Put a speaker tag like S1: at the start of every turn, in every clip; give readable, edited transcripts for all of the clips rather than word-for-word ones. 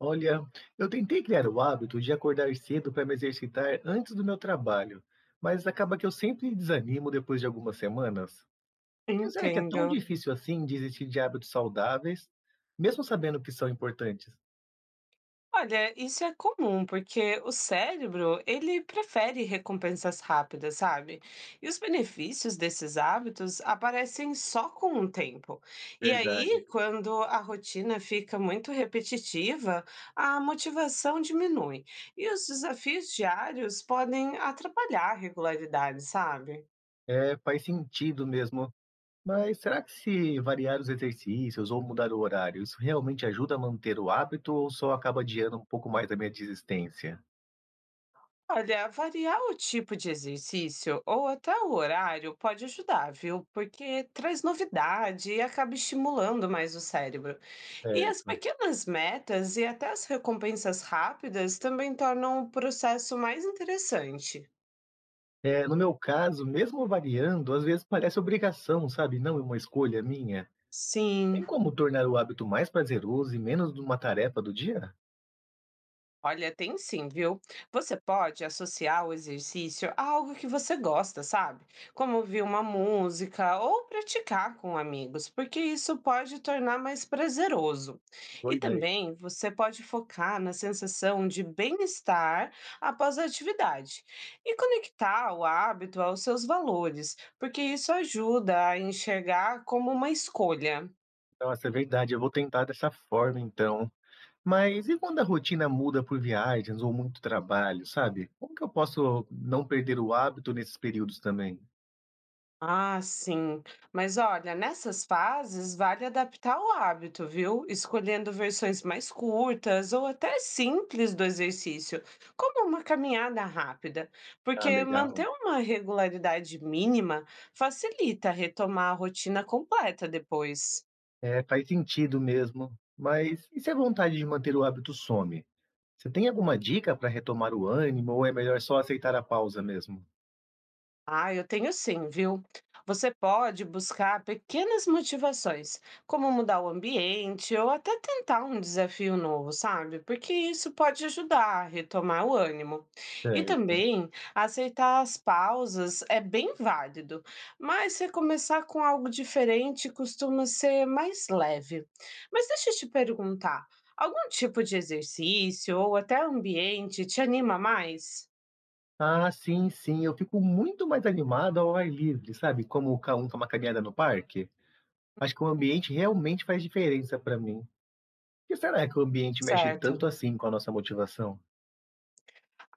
S1: Olha, eu tentei criar o hábito de acordar cedo para me exercitar antes do meu trabalho, mas acaba que eu sempre desanimo depois de algumas semanas. Mas será que é
S2: Entendo.
S1: tão difícil assim desistir de hábitos saudáveis, mesmo sabendo que são importantes?
S2: Olha, isso é comum, porque o cérebro, ele prefere recompensas rápidas, sabe? E os benefícios desses hábitos aparecem só com o tempo. E aí,
S1: Verdade.
S2: quando a rotina fica muito repetitiva, a motivação diminui. E os desafios diários podem atrapalhar a regularidade, sabe?
S1: É, faz sentido mesmo. Mas será que se variar os exercícios ou mudar o horário, isso realmente ajuda a manter o hábito ou só acaba adiando um pouco mais a minha desistência?
S2: Olha, variar o tipo de exercício ou até o horário pode ajudar, viu? Porque traz novidade e acaba estimulando mais o cérebro. E as
S1: Certo.
S2: pequenas metas e até as recompensas rápidas também tornam o processo mais interessante.
S1: É, no meu caso, mesmo variando, às vezes parece obrigação, sabe? Não é uma escolha minha. Tem
S2: Sim.
S1: como tornar o hábito mais prazeroso e menos de uma tarefa do dia?
S2: Olha, tem sim, viu? Você pode associar o exercício a algo que você gosta, sabe? Como ouvir uma música ou praticar com amigos, porque isso pode tornar mais prazeroso. E
S1: Boa ideia.
S2: também você pode focar na sensação de bem-estar após a atividade e conectar o hábito aos seus valores, porque isso ajuda a enxergar como uma escolha.
S1: Nossa, é verdade, eu vou tentar dessa forma então. Mas e quando a rotina muda por viagens ou muito trabalho, sabe? Como que eu posso não perder o hábito nesses períodos também?
S2: Ah, sim. Mas olha, nessas fases vale adaptar o hábito, viu? Escolhendo versões mais curtas ou até simples do exercício, como uma caminhada rápida,
S1: Ah,
S2: porque manter
S1: legal.
S2: uma regularidade mínima facilita retomar a rotina completa depois.
S1: É, faz sentido mesmo. Mas e se a vontade de manter o hábito some? Você tem alguma dica para retomar o ânimo ou é melhor só aceitar a pausa mesmo?
S2: Ah, eu tenho sim, viu? Você pode buscar pequenas motivações, como mudar o ambiente ou até tentar um desafio novo, sabe? Porque isso pode ajudar a retomar o ânimo. E
S1: Certo.
S2: também aceitar as pausas é bem válido, mas recomeçar com algo diferente costuma ser mais leve. Mas deixa eu te perguntar, algum tipo de exercício ou até ambiente te anima mais?
S1: Ah, sim, sim, eu fico muito mais animado ao ar livre, sabe, como ca um uma caminhada no parque. Acho que o ambiente realmente faz diferença para mim. Por que será que o ambiente mexe tanto
S2: Certo.
S1: assim com a nossa motivação?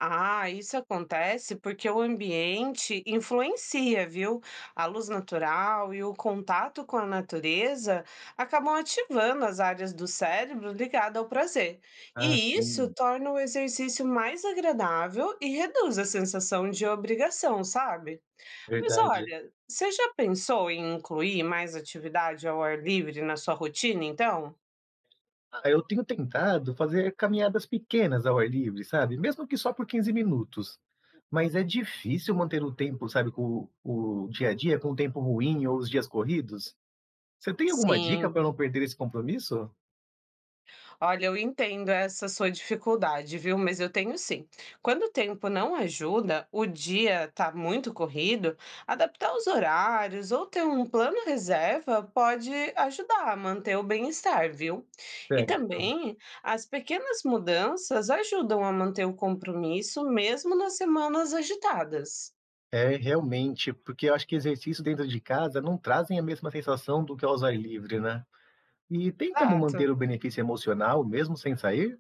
S2: Ah, isso acontece porque o ambiente influencia, viu? A luz natural e o contato com a natureza acabam ativando as áreas do cérebro ligadas ao prazer.
S1: Ah,
S2: E isso
S1: sim,
S2: torna o exercício mais agradável e reduz a sensação de obrigação, sabe? Mas
S1: verdade.
S2: olha, você já pensou em incluir mais atividade ao ar livre na sua rotina, então?
S1: Ah, eu tenho tentado fazer caminhadas pequenas ao ar livre, sabe, mesmo que só por 15 minutos. Mas é difícil manter o tempo, sabe, com o dia a dia, com o tempo ruim ou os dias corridos. Você tem alguma dica
S2: Sim.
S1: para não perder esse compromisso?
S2: Olha, eu entendo essa sua dificuldade, viu? Mas eu tenho sim. Quando o tempo não ajuda, o dia tá muito corrido, adaptar os horários ou ter um plano reserva pode ajudar a manter o bem-estar, viu? E
S1: Certo.
S2: também as pequenas mudanças ajudam a manter o compromisso mesmo nas semanas agitadas.
S1: É, realmente, porque eu acho que exercício dentro de casa não trazem a mesma sensação do que ao ar livre, né. E tem como
S2: Exato.
S1: manter o benefício emocional mesmo sem sair?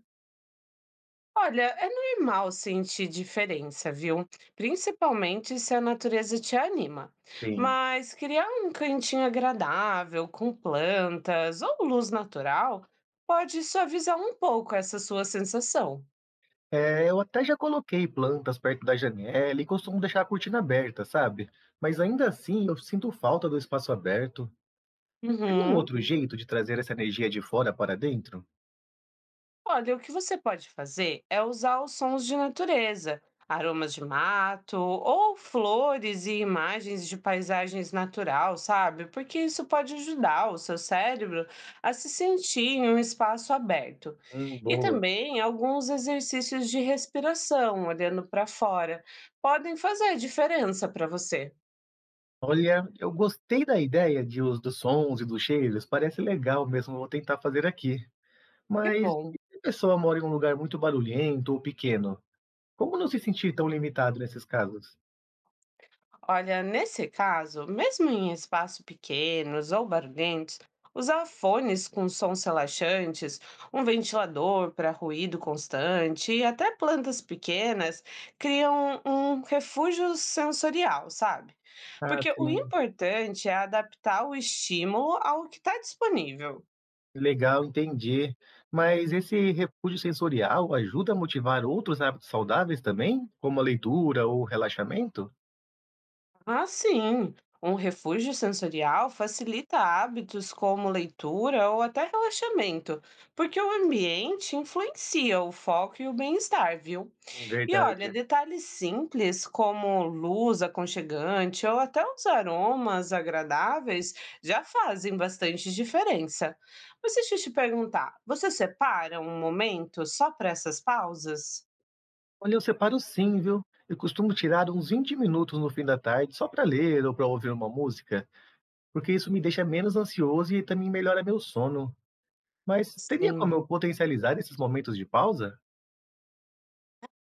S2: Olha, é normal sentir diferença, viu? Principalmente se a natureza te anima.
S1: Sim.
S2: Mas criar um cantinho agradável, com plantas ou luz natural, pode suavizar um pouco essa sua sensação.
S1: É, eu até já coloquei plantas perto da janela e costumo deixar a cortina aberta, sabe. Mas ainda assim eu sinto falta do espaço aberto. Teria um
S2: Uhum.
S1: outro jeito de trazer essa energia de fora para dentro?
S2: Olha, o que você pode fazer é usar os sons de natureza, aromas de mato ou flores e imagens de paisagens natural, sabe? Porque isso pode ajudar o seu cérebro a se sentir em um espaço aberto. E
S1: Boa.
S2: também alguns exercícios de respiração, olhando para fora, podem fazer diferença para você.
S1: Olha, eu gostei da ideia de uso dos sons e dos cheiros, parece legal mesmo, vou tentar fazer aqui.
S2: Que
S1: Mas
S2: bom.
S1: e se a pessoa mora em um lugar muito barulhento ou pequeno? Como não se sentir tão limitado nesses casos?
S2: Olha, nesse caso, mesmo em espaços pequenos ou barulhentos, usar fones com sons relaxantes, um ventilador para ruído constante e até plantas pequenas criam um refúgio sensorial, sabe?
S1: Ah,
S2: Porque o
S1: sim,
S2: importante é adaptar o estímulo ao que está disponível.
S1: legal, entendi. Mas esse refúgio sensorial ajuda a motivar outros hábitos saudáveis também, como a leitura ou o relaxamento?
S2: Ah, sim. Um refúgio sensorial facilita hábitos como leitura ou até relaxamento, porque o ambiente influencia o foco e o bem-estar, viu? E olha,
S1: Verdade.
S2: detalhes simples como luz aconchegante ou até os aromas agradáveis já fazem bastante diferença. Mas deixa eu te perguntar, você separa um momento só para essas pausas?
S1: Olha, eu separo sim, viu? Eu costumo tirar uns 20 minutos no fim da tarde só para ler ou para ouvir uma música. Porque isso me deixa menos ansioso e também melhora meu sono. Mas teria
S2: Sim.
S1: como eu potencializar esses momentos de pausa?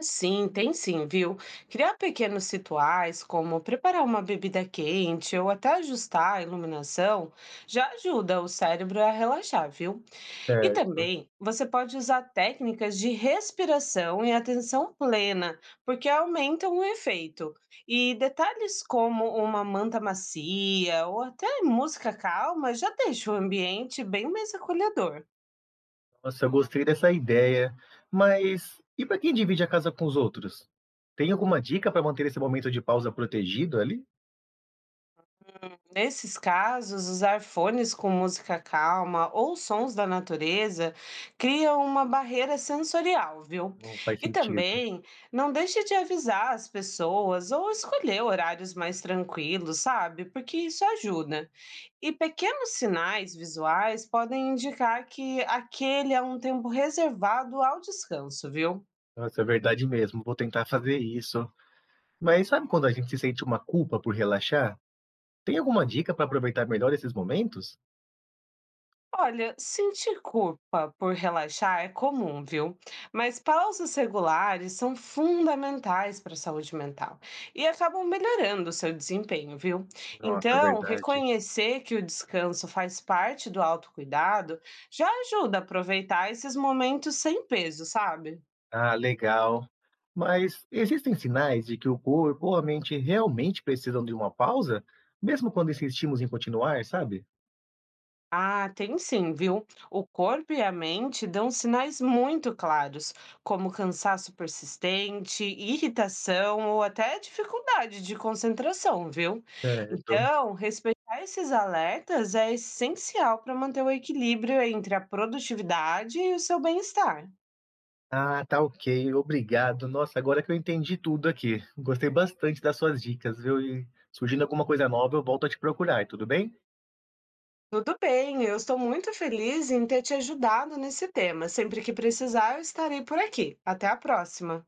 S2: Sim, tem sim, viu? Criar pequenos rituais, como preparar uma bebida quente ou até ajustar a iluminação, já ajuda o cérebro a relaxar, viu? E
S1: Certo.
S2: também você pode usar técnicas de respiração e atenção plena, porque aumentam o efeito. E detalhes como uma manta macia ou até música calma já deixa o ambiente bem mais acolhedor.
S1: Nossa, eu gostei dessa ideia. Mas e para quem divide a casa com os outros? Tem alguma dica para manter esse momento de pausa protegido ali?
S2: Nesses casos, usar fones com música calma ou sons da natureza cria uma barreira sensorial, viu?
S1: Não faz
S2: E
S1: sentido.
S2: também não deixe de avisar as pessoas ou escolher horários mais tranquilos, sabe? Porque isso ajuda. E pequenos sinais visuais podem indicar que aquele é um tempo reservado ao descanso, viu?
S1: Nossa, é verdade mesmo. Vou tentar fazer isso. Mas sabe quando a gente se sente uma culpa por relaxar? Tem alguma dica para aproveitar melhor esses momentos?
S2: Olha, sentir culpa por relaxar é comum, viu? Mas pausas regulares são fundamentais para a saúde mental e acabam melhorando o seu desempenho, viu?
S1: Nossa, é
S2: Então,
S1: verdade.
S2: reconhecer que o descanso faz parte do autocuidado já ajuda a aproveitar esses momentos sem peso, sabe?
S1: Ah, legal. Mas existem sinais de que o corpo ou a mente realmente precisam de uma pausa, mesmo quando insistimos em continuar, sabe?
S2: Ah, tem sim, viu? O corpo e a mente dão sinais muito claros, como cansaço persistente, irritação ou até dificuldade de concentração, viu?
S1: Certo.
S2: Então, respeitar esses alertas é essencial para manter o equilíbrio entre a produtividade e o seu bem-estar.
S1: Ah, tá ok. Obrigado. Nossa, agora que eu entendi tudo aqui. Gostei bastante das suas dicas, viu? E surgindo alguma coisa nova, eu volto a te procurar, tudo bem?
S2: Tudo bem, eu estou muito feliz em ter te ajudado nesse tema. Sempre que precisar, eu estarei por aqui. Até a próxima.